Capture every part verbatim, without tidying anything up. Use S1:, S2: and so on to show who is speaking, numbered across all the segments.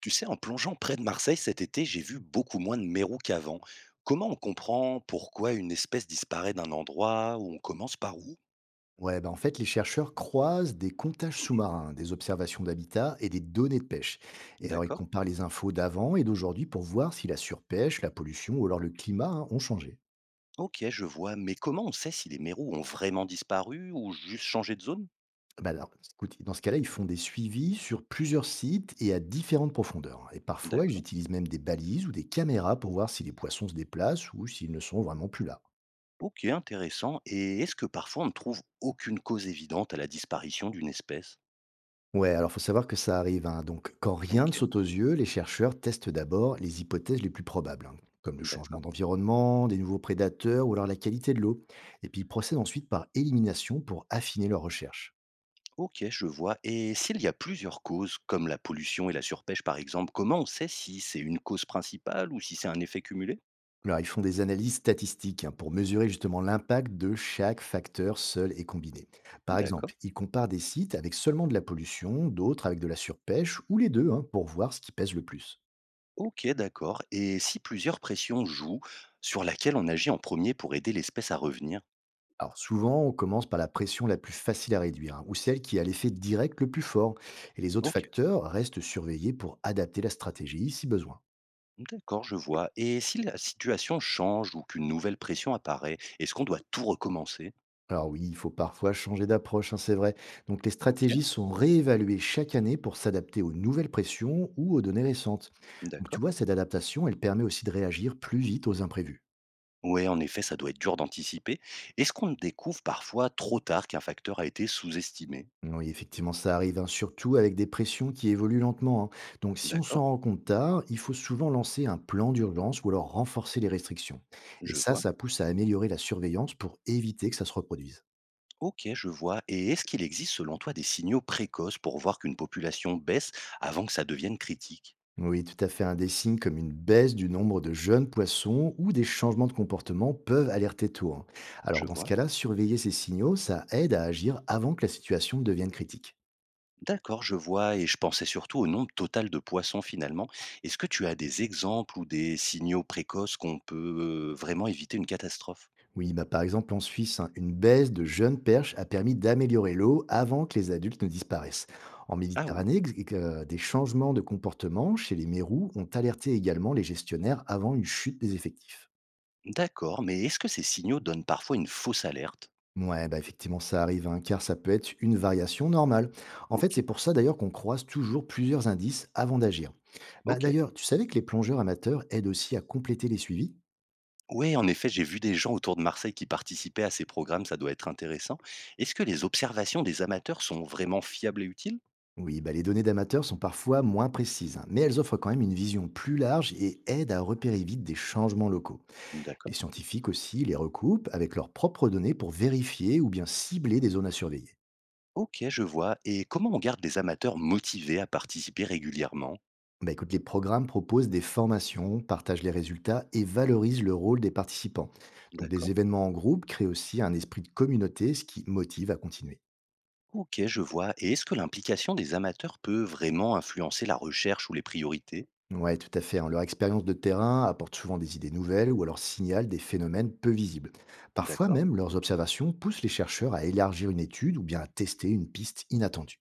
S1: Tu sais, en plongeant près de Marseille cet été, j'ai vu beaucoup moins de mérous qu'avant. Comment on comprend pourquoi une espèce disparaît d'un endroit, où on commence, par où?
S2: Ouais, bah en fait, les chercheurs croisent des comptages sous-marins, des observations d'habitat et des données de pêche. Et alors, ils
S1: D'accord.
S2: comparent les infos d'avant et d'aujourd'hui pour voir si la surpêche, la pollution ou alors le climat hein, ont changé.
S1: Ok, je vois. Mais comment on sait si les mérous ont vraiment disparu ou juste changé de zone?
S2: Bah alors, écoute, dans ce cas-là, ils font des suivis sur plusieurs sites et à différentes profondeurs. Et parfois, ils
S1: D'accord.
S2: utilisent même des balises ou des caméras pour voir si les poissons se déplacent ou s'ils ne sont vraiment plus là.
S1: Ok, intéressant. Et est-ce que parfois on ne trouve aucune cause évidente à la disparition d'une espèce?
S2: Ouais, alors faut savoir que ça arrive, hein. Donc, quand rien
S1: Ok,
S2: ne saute aux yeux, les chercheurs testent d'abord les hypothèses les plus probables, hein, comme le changement
S1: d'accord.
S2: d'environnement, des nouveaux prédateurs ou alors la qualité de l'eau. Et puis, ils procèdent ensuite par élimination pour affiner leurs recherches.
S1: Ok, je vois. Et s'il y a plusieurs causes, comme la pollution et la surpêche par exemple, comment on sait si c'est une cause principale ou si c'est un effet cumulé?
S2: Alors, ils font des analyses statistiques hein, pour mesurer justement l'impact de chaque facteur seul et combiné. Par
S1: D'accord.
S2: exemple, ils comparent des sites avec seulement de la pollution, d'autres avec de la surpêche, ou les deux, hein, pour voir ce qui pèse le plus.
S1: Ok, d'accord. Et si plusieurs pressions jouent, sur laquelle on agit en premier pour aider l'espèce à revenir?
S2: Alors souvent, on commence par la pression la plus facile à réduire, hein, ou celle qui a l'effet direct le plus fort, et les autres
S1: Ok,
S2: facteurs restent surveillés pour adapter la stratégie si besoin.
S1: d'accord, je vois. Et si la situation change ou qu'une nouvelle pression apparaît, est-ce qu'on doit tout recommencer?
S2: Alors oui, il faut parfois changer d'approche, hein, c'est vrai. Donc les
S1: Ok,
S2: stratégies sont réévaluées chaque année pour s'adapter aux nouvelles pressions ou aux données récentes. Donc
S1: d'accord.
S2: tu vois, cette adaptation, elle permet aussi de réagir plus vite aux imprévus.
S1: Oui, en effet, ça doit être dur d'anticiper. Est-ce qu'on découvre parfois trop tard qu'un facteur a été sous-estimé?
S2: Oui, effectivement, ça arrive, hein, surtout avec des pressions qui évoluent lentement, hein. Donc, si on s'en
S1: D'accord,
S2: rend compte tard, il faut souvent lancer un plan d'urgence ou alors renforcer les restrictions. Et
S1: je
S2: ça,
S1: vois.
S2: ça pousse à améliorer la surveillance pour éviter que ça se reproduise.
S1: Ok, je vois. Et est-ce qu'il existe selon toi des signaux précoces pour voir qu'une population baisse avant que ça devienne critique?
S2: Oui, tout à fait. Un des signes comme une baisse du nombre de jeunes poissons ou des changements de comportement peuvent alerter tôt, hein.
S1: Je
S2: Alors, dans ce
S1: vois.
S2: cas-là, surveiller ces signaux, ça aide à agir avant que la situation devienne critique.
S1: D'accord, je vois, et je pensais surtout au nombre total de poissons finalement. Est-ce que tu as des exemples ou des signaux précoces qu'on peut euh, vraiment éviter une catastrophe?
S2: Oui, bah par exemple en Suisse, hein, une baisse de jeunes perches a permis d'améliorer l'eau avant que les adultes ne disparaissent. En
S1: Ah oui,
S2: Méditerranée, ex- ex- euh, des changements de comportement chez les mérous ont alerté également les gestionnaires avant une chute des effectifs.
S1: d'accord, mais est-ce que ces signaux donnent parfois une fausse alerte?
S2: Ouais, bah effectivement, ça arrive, hein, car ça peut être une variation normale. En fait,
S1: Ok,
S2: c'est pour ça d'ailleurs qu'on croise toujours plusieurs indices avant d'agir. Bah
S1: ok.
S2: d'ailleurs, tu savais que les plongeurs amateurs aident aussi à compléter les suivis.
S1: Oui, en effet, j'ai vu des gens autour de Marseille qui participaient à ces programmes, ça doit être intéressant. Est-ce que les observations des amateurs sont vraiment fiables et utiles?
S2: Oui, bah, les données d'amateurs sont parfois moins précises, hein, mais elles offrent quand même une vision plus large et aident à repérer vite des changements locaux. Les
S1: D'accord.
S2: scientifiques aussi les recoupent avec leurs propres données pour vérifier ou bien cibler des zones à surveiller.
S1: Ok, je vois. Et comment on garde les amateurs motivés à participer régulièrement?
S2: Bah, écoute, les programmes proposent des formations, partagent les résultats et valorisent le rôle des participants. Donc des
S1: D'accord.
S2: événements en groupe créent aussi un esprit de communauté, ce qui motive à continuer.
S1: Ok, je vois. Et est-ce que l'implication des amateurs peut vraiment influencer la recherche ou les priorités?
S2: Ouais, tout à fait, hein. Leur expérience de terrain apporte souvent des idées nouvelles ou alors signale des phénomènes peu visibles. Parfois
S1: D'accord.
S2: même, leurs observations poussent les chercheurs à élargir une étude ou bien à tester une piste inattendue.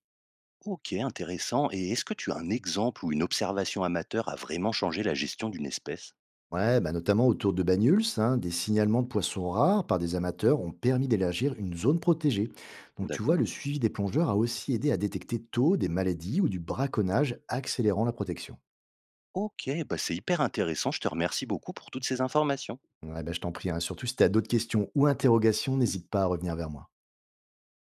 S1: Ok, intéressant. Et est-ce que tu as un exemple où une observation amateur a vraiment changé la gestion d'une espèce?
S2: Ouais, bah notamment autour de Banyuls, hein, des signalements de poissons rares par des amateurs ont permis d'élargir une zone protégée. Donc tu vois,
S1: D'accord.
S2: le suivi des plongeurs a aussi aidé à détecter tôt des maladies ou du braconnage, accélérant la protection.
S1: Ok, bah c'est hyper intéressant. Je te remercie beaucoup pour toutes ces informations.
S2: Ouais, bah je t'en prie, hein. Surtout si tu as d'autres questions ou interrogations, n'hésite pas à revenir vers moi.